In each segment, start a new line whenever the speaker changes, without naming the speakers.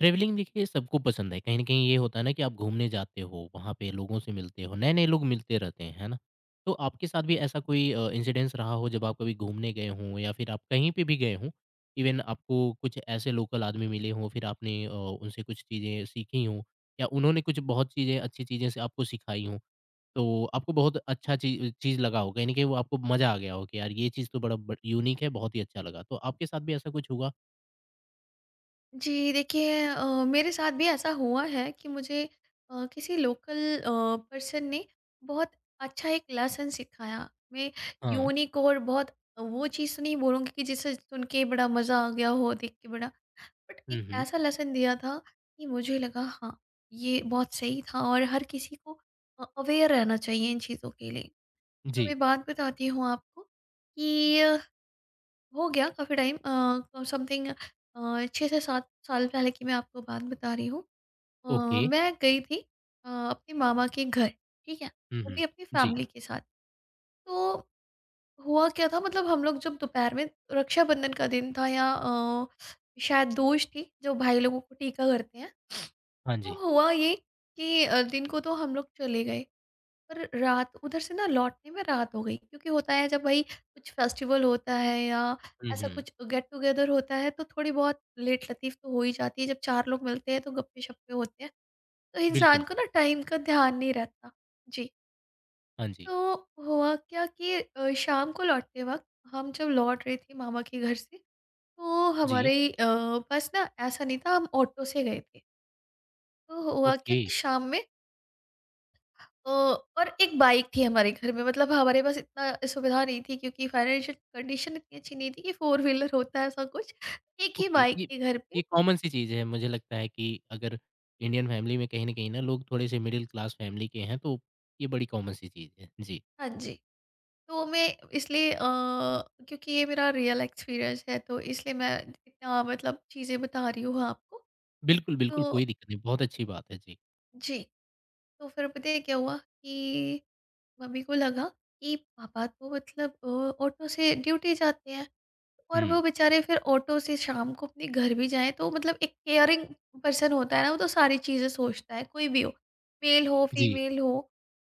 Travelling देखिए सबको पसंद है। कहीं न कहीं ये होता है ना कि आप घूमने जाते हो, वहाँ पे लोगों से मिलते हो, नए-नए लोग मिलते रहते हैं, है ना? तो आपके साथ भी ऐसा कोई इंसिडेंस रहा हो जब आप कभी घूमने गए हों या फिर आप कहीं पे भी गए हों, इवन आपको कुछ ऐसे लोकल आदमी मिले हों, फिर आपने उनसे कुछ चीज़ें सीखी हों या उन्होंने कुछ बहुत चीज़ें अच्छी चीज़ें से आपको सिखाई हों, तो आपको बहुत अच्छा ची चीज़ लगा हो, कहीं न कहीं वो आपको मज़ा आ गया हो कि यार ये चीज़ तो बड़ा ब यूनिक है, बहुत ही अच्छा लगा। तो आपके साथ भी ऐसा कुछ हुआ?
जी, देखिए मेरे साथ भी ऐसा हुआ है कि मुझे किसी लोकल पर्सन ने बहुत अच्छा एक लेसन सिखाया। मैं
हाँ।
यूनिकोड बहुत वो चीज़ तो नहीं बोलूँगी कि जिसे सुन के बड़ा मज़ा आ गया हो देख के बड़ा, बट एक
हुँ, हुँ।
ऐसा लेसन दिया था कि मुझे लगा हाँ, ये बहुत सही था और हर किसी को अवेयर रहना चाहिए इन चीज़ों के लिए। तो
जी।
मैं बात बताती हूँ आपको कि हो गया काफ़ी टाइम, समथिंग 6 से 7 साल पहले की मैं आपको बात बता रही हूँ। अ,
ओके।
मैं गई थी अपने मामा के घर, ठीक है?
हुँ,
वो भी
हुँ।
अपनी
जी।
फैमिली के साथ। तो हुआ क्या था, मतलब हम लोग जब दोपहर में रक्षाबंधन का दिन था या शायद दोष थी जो भाई लोगों को टीका करते हैं।
हाँ
तो
जी।
हुआ ये कि दिन को तो हम लोग चले गए पर रात उधर से ना लौटने में रात हो गई, क्योंकि होता है जब भाई कुछ फेस्टिवल होता है या
हुँ,
ऐसा
हुँ।
कुछ गेट टुगेदर होता है तो थोड़ी बहुत लेट लतीफ तो हो ही जाती है। जब चार लोग मिलते हैं तो गप्पे शप्पे होते हैं, तो इंसान
बिल्कुल।
को ना टाइम का ध्यान नहीं रहता। जी।
हाँ जी।
तो हुआ क्या कि शाम को लौटते वक्त हम जब लौट रहे थे मामा के घर से तो
जी।
हमारे पास ना ऐसा नहीं था, हम ऑटो से गए थे। तो हुआ क्या
ओके,
कि शाम में और एक बाइक थी हमारे घर में, मतलब हमारे पास इतना सुविधा नहीं थी क्योंकि फाइनेंशियल कंडीशन इतनी अच्छी नहीं थी कि फोर व्हीलर होता है ऐसा कुछ। एक ही
ओके।
बाइक
ये
थी घर पे।
ये कॉमन सी चीज़ है मुझे लगता है कि अगर इंडियन फैमिली में कहीं न कहीं ना लोग थोड़े-से मिडल क्लास फैमिली के हैं तो ये बड़ी कॉमन सी चीज़ है। जी।
हाँ जी। तो मैं इसलिए क्योंकि ये मेरा रियल एक्सपीरियंस है तो इसलिए मैं इतना मतलब चीज़ें बता रही हूँ आपको।
बिल्कुल, बिल्कुल
तो
कोई दिक्कत नहीं, बहुत अच्छी बात है। जी।
जी, तो फिर पता है क्या हुआ कि मम्मी को लगा कि पापा तो मतलब ऑटो से ड्यूटी जाते हैं और
हुँ।
वो बेचारे फिर ऑटो से शाम को अपने घर भी जाएँ, तो मतलब एक केयरिंग पर्सन होता है ना, वो तो सारी चीज़ें सोचता है, कोई भी हो, मेल हो,
जी,
फीमेल हो।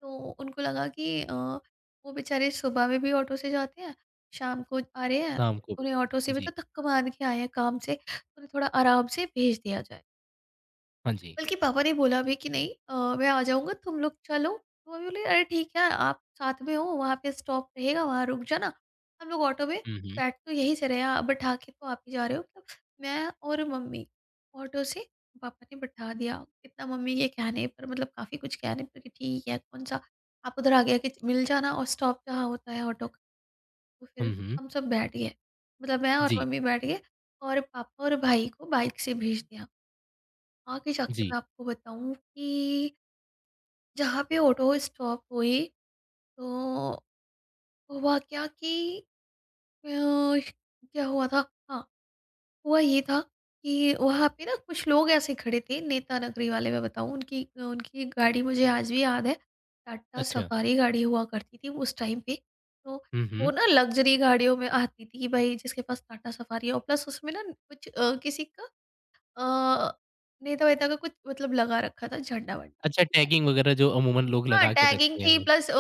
तो उनको लगा कि वो बेचारे सुबह में भी ऑटो से जाते हैं, शाम को आ रहे हैं,
शाम को भी।
उन्हें ऑटो से भी
जी।
तो थक मान के आए हैं काम से, तो उन्हें थोड़ा आराम से भेज दिया जाए।
हाँ जी।
बल्कि पापा ने बोला भी कि नहीं, मैं आ जाऊँगा तुम लोग चलो। तो मम्मी बोली अरे ठीक है आप साथ में हो, वहाँ पे स्टॉप रहेगा वहाँ रुक जाना। हम लोग ऑटो में
हुँ, हुँ।
बैठ तो यहीं से रहे हैं, आप बैठा के तो आप ही जा रहे हो। मतलब मैं और मम्मी ऑटो से, पापा ने बैठा दिया। इतना मम्मी के कहने पर मतलब काफ़ी कुछ कहने पर कि ठीक है, कौन-सा आप उधर आगे आके मिल जाना और स्टॉप जहाँ होता है ऑटो का। तो फिर
हुँ, हुँ।
हम सब बैठ गए। मतलब मैं और
जी,
मम्मी बैठ गए और पापा और भाई को बाइक से भेज दिया। आगे जाके
जी।
मैं आपको बताऊं कि जहाँ पे ऑटो स्टॉप हुई, तो हुआ क्या कि अ, क्या हुआ था? हाँ। हुआ ये था कि वहाँ पे ना कुछ लोग ऐसे खड़े थे नेता नगरी वाले, मैं बताऊँ उनकी उनकी गाड़ी मुझे आज भी याद है। टाटा
अच्छा।
सफारी गाड़ी हुआ करती थी उस टाइम पे। तो
हुँ,
वो
हुँ।
ना लग्जरी गाड़ियों में आती थी कि भाई जिसके पास टाटा सफारी हो प्लस उसमें ना कुछ किसी का अ, नेता वेता का कुछ मतलब लगा रखा था, झंडा वंडा।
अच्छा टैगिंग वग़ैरह जो अमूमन लोग
हाँ,
लगा के
टैगिंग
रखते हैं।
थी
मतलब।
प्लस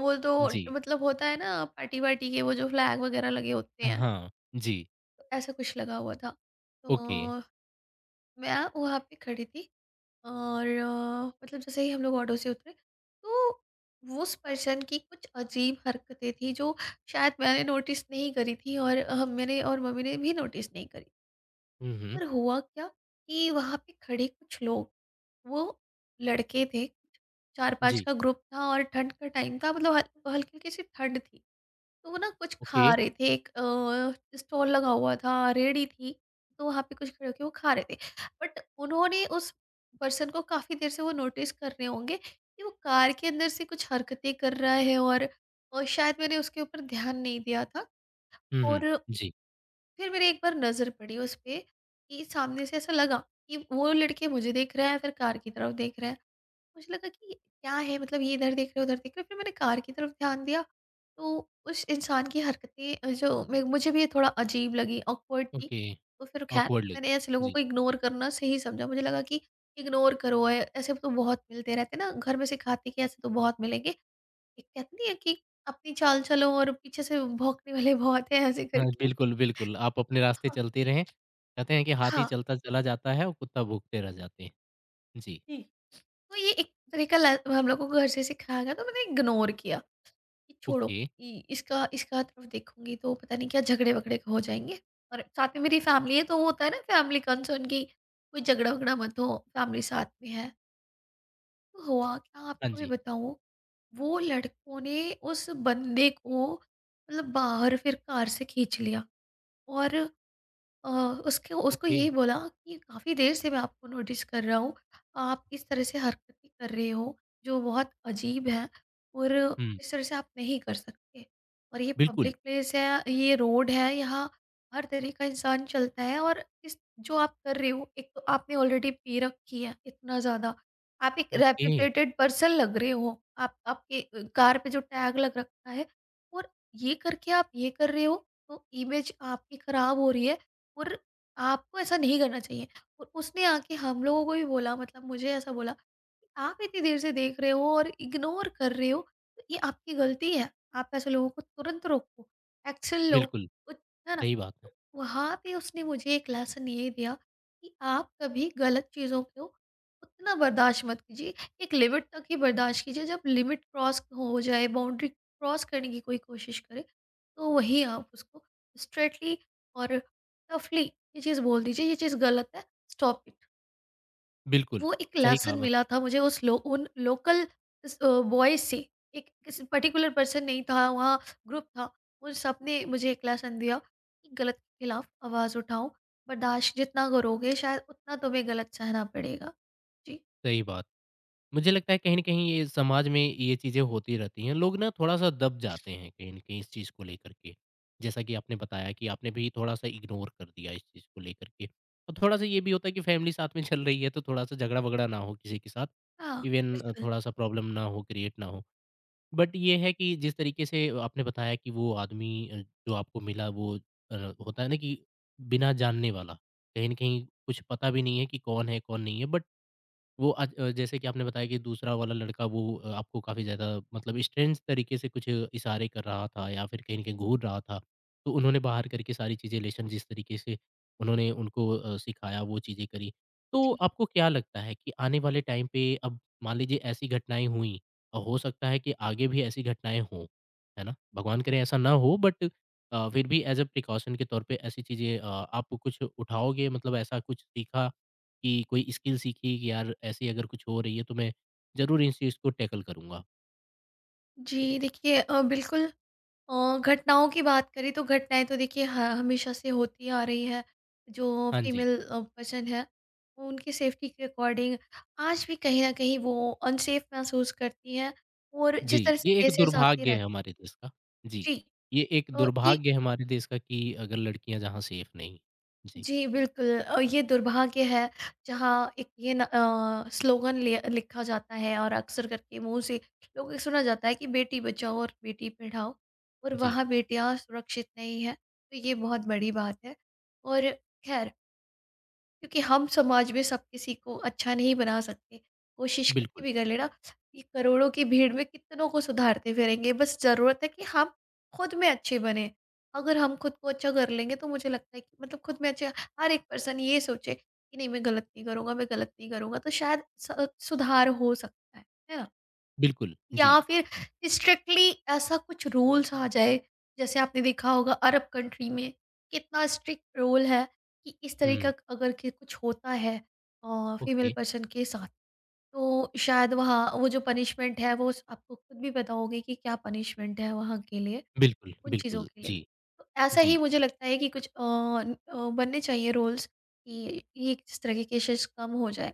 वो तो
जी।
मतलब होता है ना, पार्टी-वार्टी के वो जो फ्लैग वगैरह लगे होते हैं,
हाँ। जी।
तो ऐसा कुछ लगा हुआ था।
ओके।
तो मैं वहाँ पे खड़ी थी और मतलब जैसे ही हम लोग ऑटो से उतरे, तो उस पर्सन की कुछ अजीब हरकतें थी जो शायद मैंने नोटिस नहीं करी थी, और मेरे और मम्मी ने भी नोटिस नहीं करी।
हुँ, हुँ।
और हुआ क्या कि वहाँ पे खड़े कुछ लोग, वो लड़के थे, 4-5
जी।
का ग्रुप था और ठंड का टाइम था, मतलब हल हल्की-हल्की सी ठंड थी। तो वो ना कुछ
ओके।
खा रहे थे, एक स्टॉल लगा हुआ था, रेहड़ी थी, तो वहाँ पे कुछ खड़े होके वो खा रहे थे। बट उन्होंने उस पर्सन को काफ़ी देर से वो नोटिस कर रहे होंगे कि वो कार के अंदर से कुछ हरकतें कर रहा है, और शायद मैंने उसके ऊपर ध्यान नहीं दिया था।
हुँ, हुँ।
और
जी,
फिर मेरी एक बार नज़र पड़ी उस पे कि सामने से ऐसा लगा कि वो लड़के मुझे देख रहा है फिर कार की तरफ देख रहा है। मुझे लगा कि ये क्या है, मतलब ये इधर देख रहे हो उधर देख रहे हो। फिर मैंने कार की तरफ ध्यान दिया तो उस इंसान की हरकतें जो मुझे भी थोड़ा अजीब लगी, ऑकवर्ड थी।
ओके।
तो फिर खैर
ऑकवर्ड लगी।
मैंने ऐसे लोगों
जी।
को इग्नोर करना सही समझा। मुझे लगा कि इग्नोर करो, ऐसे तो बहुत मिलते रहते ना, घर में सिखाते कि ऐसे तो बहुत मिलेंगे। एक कहते नहीं है कि अपनी चाल चलो और पीछे से भौंकने वाले बहुत है ऐसे
हाँ,
करके।
बिल्कुल, बिल्कुल। आप अपने रास्ते
हाँ,
चलते रहें। कहते हैं कि हाथी
हाँ,
चलता चला जाता है और कुत्ता भौंकते रह जाते हैं। जी,
जी। तो ये एक तरीका हम लोग को घर से सिखाया गया, तो मैंने इग्नोर किया कि छोड़ो,
ओके।
इसका इसका तरफ देखूंगी तो पता नहीं क्या झगड़े वगड़े हो जाएंगे, और साथ में मेरी फैमिली है तो होता है ना फैमिली कंसर्न की कोई झगड़ा वगड़ा मत हो, फैमिली साथ में है। तो हुआ क्या
हाँ
आपको भी
जी,
बताऊं, वो लड़कों ने उस बंदे को मतलब बाहर फिर कार से खींच लिया और अ, उसके उसको
ओके।
ये बोला कि काफ़ी देर से मैं आपको नोटिस कर रहा हूँ। आप इस तरह से हरकतें कर रहे हो जो बहुत अजीब है, और
हुँ,
इस तरह से आप नहीं कर सकते। और ये
बिल्कुल।
पब्लिक प्लेस है, ये रोड है, यहाँ हर तरह का इंसान चलता है, और इस जो आप कर रहे हो, एक तो आपने ऑलरेडी पी रखी है इतना ज़्यादा। आप एक
ओके,
रेपुटेटेड पर्सन लग रहे हो। आप, आपके कार पे जो टैग लग रखा है, और ये करके आप ये कर रहे हो तो इमेज आपकी खराब हो रही है। और आपको ऐसा नहीं करना चाहिए। और उसने आके हम लोगों को भी बोला, मतलब मुझे ऐसा बोला कि आप इतनी देर से देख रहे हो और इग्नोर कर रहे हो, तो ये आपकी गलती है। आप ऐसे लोगों को तुरंत रोको, एक्शन लो
बिल्कुल,
कुछ-, है ना।
सही बात है।
तो वहाँ पे उसने मुझे एक लेसन ये दिया कि आप कभी गलत चीज़ों को उतना बर्दाश्त मत कीजिए, एक लिमिट तक ही बर्दाश्त कीजिए। जब लिमिट क्रॉस हो जाए, बाउंड्री क्रॉस करने की कोई कोशिश करे, तो वही आप उसको स्ट्रेटली और टफली ये चीज़ बोल दीजिए, ये चीज़ गलत है, स्टॉप इट।
बिल्कुल,
वो एक
सही कहा
लेसन
मत
मिला था मुझे उस लो उन लोकल इस बॉयज़ से, एक किसी पर्टिकुलर पर्सन नहीं था, वहाँ ग्रुप था। उन सबने मुझे एक लेसन दिया कि गलत के खिलाफ आवाज़ उठाओ, बर्दाश्त जितना करोगे शायद उतना तुम्हें गलत सहना पड़ेगा। जी।
सही बात। मुझे लगता है कहीं न कहीं ये समाज में ये चीज़ें होती रहती हैं। लोग ना थोड़ा-सा दब जाते हैं कहीं न कहीं इस चीज़ को लेकर के। जैसा कि आपने बताया कि आपने भी थोड़ा-सा इग्नोर कर दिया इस चीज़ को लेकर के। और थोड़ा-सा ये भी होता है कि फैमिली साथ में चल रही है तो थोड़ा-सा झगड़ा-वगड़ा ना हो किसी के साथ।
हाँ,
इवेन
बिल्कुल।
थोड़ा-सा प्रॉब्लम ना हो, क्रिएट ना हो। बट ये है कि जिस तरीके से आपने बताया कि वो आदमी जो आपको मिला वो होता है ना कि बिना जानने वाला। कहीं न कहीं कुछ पता भी नहीं है कि कौन है, कौन नहीं है बट वो जैसे कि आपने बताया कि दूसरा वाला लड़का वो आपको काफ़ी ज़्यादा मतलब स्ट्रेंज तरीके से कुछ इशारे कर रहा था या फिर कहीं न कहीं घूर रहा था। तो उन्होंने बाहर करके सारी चीज़ें लेसन जिस तरीके से उन्होंने उनको सिखाया वो चीज़ें करी। तो
जी।
आपको क्या लगता है कि आने वाले टाइम पे अब मान लीजिए ऐसी घटनाएँ हुई और हो सकता है कि आगे भी ऐसी घटनाएँ हों, है ना? भगवान करे ऐसा ना हो बट फिर भी एज़ अ प्रिकॉशन के तौर पे ऐसी चीज़ें आप कुछ उठाओगे मतलब ऐसा कुछ सीखा कि कोई स्किल सीखी कि यार ऐसी अगर कुछ हो रही है तो मैं ज़रूर इस चीज़ को टैकल करूँगा।
जी, देखिए बिल्कुल घटनाओं की बात करें तो घटनाएँ तो देखिए ह हमेशा से होती आ रही है। जो
हाँ जी।
फीमेल पर्सन है, वो उनकी सेफ्टी के अकॉर्डिंग आज भी कहीं न कहीं वो अनसेफ महसूस करती हैं, और
जी,
जिस तरह से
ये एक
केसेज़ आते रहते
दुर्भाग्य है
हैं।
हमारे देश का। जी,
जी,
ये एक
तो ये
दुर्भाग्य है हमारे देश का कि अगर लड़कियाँ जहाँ सेफ नहीं। जी,
जी, बिल्कुल ये दुर्भाग्य है। जहाँ एक ये न स्लोगन लिया लिखा जाता है और अक्सर करके मुँह से लोगों को सुना जाता है कि बेटी बचाओ और बेटी पढ़ाओ, और
जी,
वहाँ बेटियाँ सुरक्षित नहीं है, तो ये बहुत बड़ी बात है। और खैर, क्योंकि हम समाज में सब किसी को अच्छा नहीं बना सकते, कोशिश करके
बिल्कुल,
भी कर लेना, ये करोड़ों की भीड़ में कितनों को सुधारते फिरेंगे। बस ज़रूरत है कि हम खुद में अच्छे बने। अगर हम खुद को अच्छा कर लेंगे तो मुझे लगता है कि मतलब खुद में अच्छा, हर एक पर्सन ये सोचे कि नहीं, मैं गलत नहीं करूँगा, मैं गलत नहीं करूँगा, तो शायद सुधार हो सकता है ना।
बिल्कुल,
या
जी।
फिर स्ट्रिक्टली ऐसा कुछ रूल्स आ जाए, जैसे आपने देखा होगा अरब कंट्री में कितना स्ट्रिक्ट रूल है, कि इस तरह का
हुँ,
अगर कि कुछ होता है फीमेल
ओके,
पर्सन के साथ, तो शायद वहाँ वो जो पनिशमेंट है वो आपको खुद भी पता होगी कि क्या पनिशमेंट है वहाँ के लिए,
बिल्कुल,
उन चीज़ों
बिल्कुल,
के लिए।
जी,
तो ऐसा
जी।
ही मुझे लगता है कि कुछ न बनने चाहिए रूल्स कि ये इस तरह की केसेस कम हो जाए।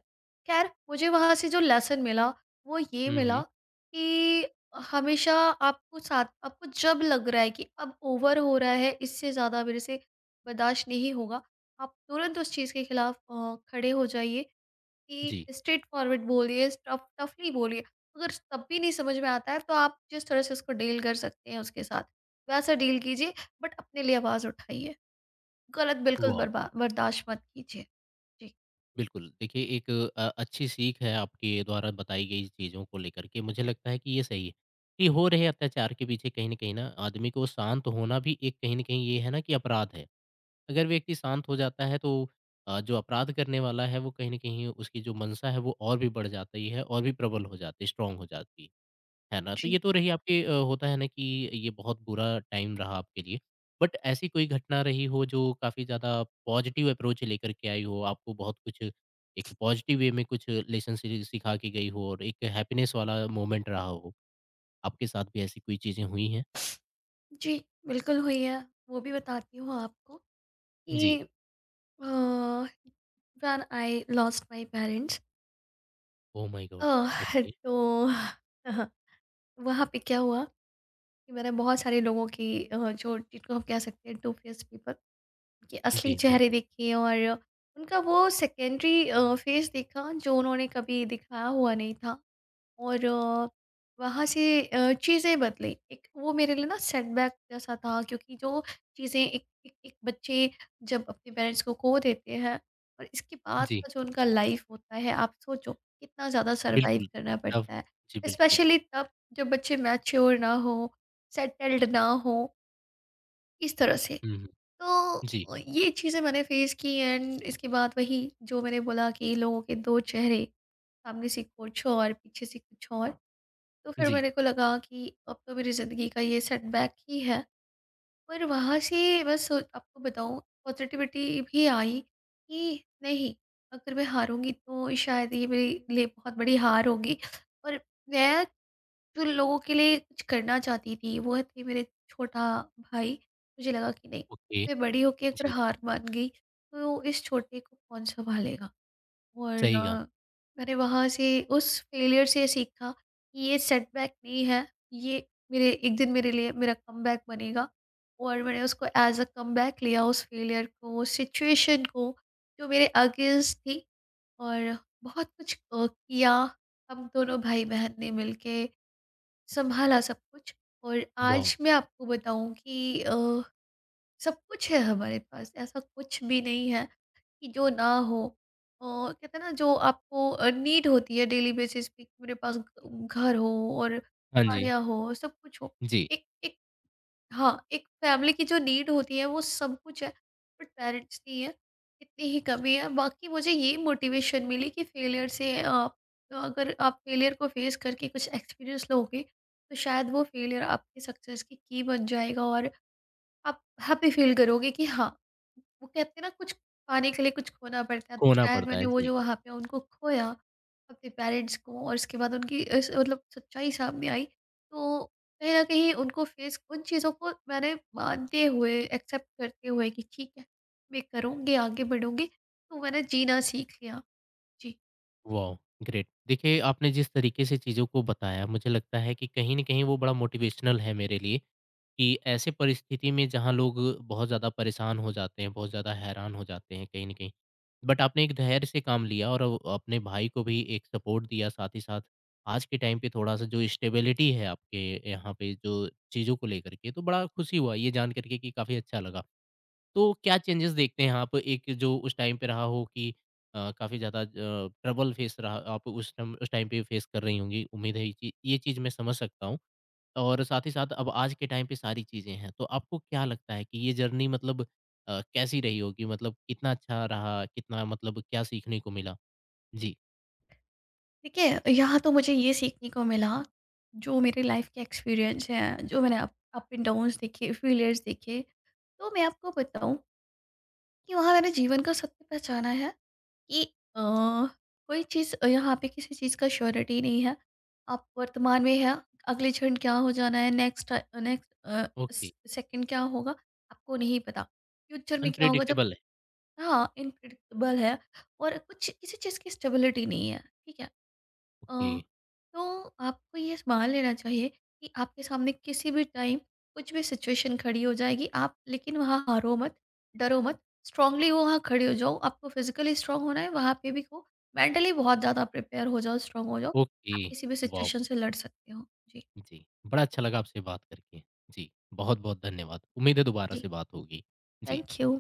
ख़ैर मुझे वहाँ से जो लेसन मिला वो ये
हुँ,
मिला
हुँ,
कि हमेशा आपको साथ, आपको जब लग रहा है कि अब ओवर हो रहा है, इससे ज़्यादा मेरे से बर्दाश्त नहीं होगा, आप तुरंत उस चीज़ के खिलाफ खड़े हो जाइए, कि
जी,
स्ट्रेट फॉरवर्ड बोलिए, टफ टफली बोलिए। अगर तब भी नहीं समझ में आता है तो आप जिस तरह से उसको डील कर सकते हैं उसके साथ, वैसा डील कीजिए बट अपने लिए आवाज़ उठाइए। गलत बिल्कुल
वाह!
बर्बा बर्दाश्त मत कीजिए। जी।
बिल्कुल, देखिए एक अच्छी सीख है आपके द्वारा बताई गई चीज़ों को लेकर के, मुझे लगता है कि ये सही है, कि हो रहे अत्याचार के पीछे कहीं न कहीं ना आदमी को शांत होना भी एक कहीं न कहीं ये है ना कि अपराध है। अगर व्यक्ति शांत हो जाता है तो जो अपराध करने वाला है वो कहीं न कहीं उसकी जो मंशा है वो और भी बढ़ जाती है और भी प्रबल हो जाती है, स्ट्रॉन्ग हो जाती है। है ना? तो ये
जी।
तो रही आपके होता है ना कि ये बहुत बुरा टाइम रहा आपके लिए। बट ऐसी कोई घटना रही हो जो काफ़ी ज़्यादा पॉज़िटिव अप्रोच लेकर के आई हो, आपको बहुत कुछ एक पॉज़िटिव वे में कुछ लेसन सि सिखा के गई हो और एक हैप्पीनेस वाला मोमेंट रहा हो? आपके साथ भी ऐसी कोई चीज़ें हुई हैं?
जी, बिल्कुल हुई है। वो भी बताती हूँ आपको
जी।
कि uh, when I lost my parents.
Oh my god!
Uh,
okay.
तो वहाँ पे क्या हुआ कि मैंने बहुत सारे लोगों की जो जिनको हम कह सकते हैं टू फेस पीपल, उनके असली
जी,
चेहरे
बिल्कुल।
देखे और उनका वो सेकेंडरी फेस देखा जो उन्होंने कभी दिखाया हुआ नहीं था। और वहाँ से चीज़ें बदली। एक वो मेरे लिए ना सेटबैक जैसा था क्योंकि जो चीज़ें एक एक एक बच्चे जब अपने पेरेंट्स को खो देते हैं और इसके बाद
जी।
का जो उनका लाइफ होता है, आप सोचो कितना ज़्यादा सर्वाइव
बिल्कुल।
करना
तब
पड़ता है।
जी, बिल्कुल।
स्पेशली तब जब बच्चे मैच्योर ना हों, सेटल्ड ना हों, इस तरह से।
हुँ, हुँ। जी,
तो ये चीज़ें मैंने फेस की एंड इसके बाद वही जो मैंने बोला कि लोगों के दो चेहरे, सामने से कुछ और पीछे से कुछ और। तो फिर
जी।
मेरे को लगा कि अब तो मेरी ज़िंदगी का ये सेटबैक ही है। पर वहाँ से आपको बताऊँ पॉज़िटिविटी भी आई कि नहीं, अगर मैं हारूँगी तो शायद ये मेरे लिए बहुत बड़ी हार होगी और मैं जो लोगों के लिए कुछ करना चाहती थी वो थी मेरे छोटा भाई। मुझे लगा कि नहीं,
ओके,
मैं बड़ी होके अगर
जी।
हार मान गई तो इस छोटे को कौन सँभालेगा। और
सही कहा।
मैंने वहाँ से उस फेलियर से सीखा कि ये सेटबैक नहीं है, ये मेरे एक दिन मेरे लिए मेरा कमबैक बनेगा। और मैंने उसको एज़ अ कमबैक लिया उस फेलियर को, उस सिचुएशन को जो मेरे अगेंस्ट थी और बहुत कुछ किया, हम दोनों भाई-बहन ने मिलके सँभाला सब कुछ। और
वॉव!
आज मैं आपको बताऊँ कि सब कुछ है हमारे पास, ऐसा कुछ भी नहीं है कि जो ना हो। कहते हैं ना जो आपको नीड होती है डेली बेसिस पे कि मेरे पास घ घर हो और
हाँ जी,
गाड़ियाँ हो, सब कुछ हो।
जी।
एक एक हाँ, एक फैमिली की जो नीड होती है वो सब कुछ है, बट पेरेंट्स की है, इतनी ही कमी है। बाकी मुझे ये मोटिवेशन मिली कि फेलियर से आप, अगर आप फेलियर को फेस करके कुछ एक्सपीरियंस लोगे, तो शायद वो फेलियर आपकी सक्सेस की key बन जाएगा और आप हैप्पी फ़ील करोगे कि हाँ, वो कहते हैं ना कुछ पाने के लिए कुछ खोना पड़ता है, तो
खोना
शायद
पड़ता
मैंने
है।
वो
जी।
जो वहाँ पे उनको खोया, अपने पेरेंट्स को और उसके बाद उनकी इस मतलब सच्चाई सामने आई, तो कहीं न कहीं उनको फ़ेस उन चीज़ों को मैंने मानते हुए, एक्सेप्ट करते हुए कि ठीक है, मैं करूँगी, आगे बढ़ूँगी, तो मैंने जीना सीख लिया। जी।
वाओ! ग्रेट। देखिए, आपने जिस तरीके से चीज़ों को बताया, मुझे लगता है कि कहीं न कहीं वो बड़ा मोटिवेशनल है मेरे लिए कि ऐसे परिस्थिति में जहाँ लोग बहुत ज़्यादा परेशान हो जाते हैं, बहुत ज़्यादा हैरान हो जाते हैं कहीं न कहीं। बट आपने एक धैर्य से काम लिया और अपने भाई को भी एक सपोर्ट दिया, साथ ही साथ आज के टाइम पे थोड़ा-सा जो स्टेबिलिटी है आपके यहाँ पे जो चीज़ों को लेकर के, तो बड़ा खुशी हुआ ये जान कर के कि काफ़ी अच्छा लगा। तो क्या चेंजेस देखते हैं आप एक जो उस टाइम पे रहा हो कि काफ़ी ज़्यादा ट्रबल फेस रहा आप उस टाइम पे फेस कर रही होंगी। उम्मीद है ये चीज़ मैं समझ सकता हूँ और साथ ही साथ अब आज के टाइम पे सारी चीज़ें हैं। तो आपको क्या लगता है कि ये जर्नी मतलब कैसी रही होगी? मतलब कितना अच्छा रहा? कितना मतलब क्या सीखने को मिला? जी,
देखिए, यहाँ तो मुझे ये सीखने को मिला, जो मेरे लाइफ़ के एक्सपीरियंस हैं, जो मैंने अप अप एंड डाउन्स देखे, फेलियर्स देखे, तो मैं आपको बताऊँ कि वहाँ मैंने जीवन का सत्य पहचाना है कि अ, कोई चीज़ यहाँ पे किसी चीज़ का श्योरिटी नहीं है। आप वर्तमान में हैं, अगले क्षण क्या हो जाना है, नेक्स्ट
ओके
स सेकंड क्या होगा, आपको नहीं पता। फ्यूचर में क्या होगा जब।
अनप्रेडिक्टेबल है।
हाँ, इम्प्रेडिक्टेबल है और कुछ किसी चीज़ की स्टेबिलिटी नहीं है, ठीक है?
ओके,
अ, तो आपको ये मान लेना चाहिए कि आपके सामने किसी भी टाइम कुछ भी सिचुएशन खड़ी हो जाएगी आप, लेकिन वहाँ हारो मत, डरो मत, स्ट्रांगली वहाँ खड़े हो जाओ। आपको फिजिकली स्ट्रांग होना है, वहाँ पे भी हो मेंटली बहुत ज़्यादा प्रिपेयर हो जाओ, स्ट्रांग हो जाओ।
ओके,
आप किसी भी
वॉव!
सिचुएशन से लड़ सकते हो। जी।
जी, बड़ा अच्छा लगा आपसे बात करके। जी, बहुत-बहुत धन्यवाद। उम्मीद है दोबारा
जी,
से बात होगी। जी।
Thank you.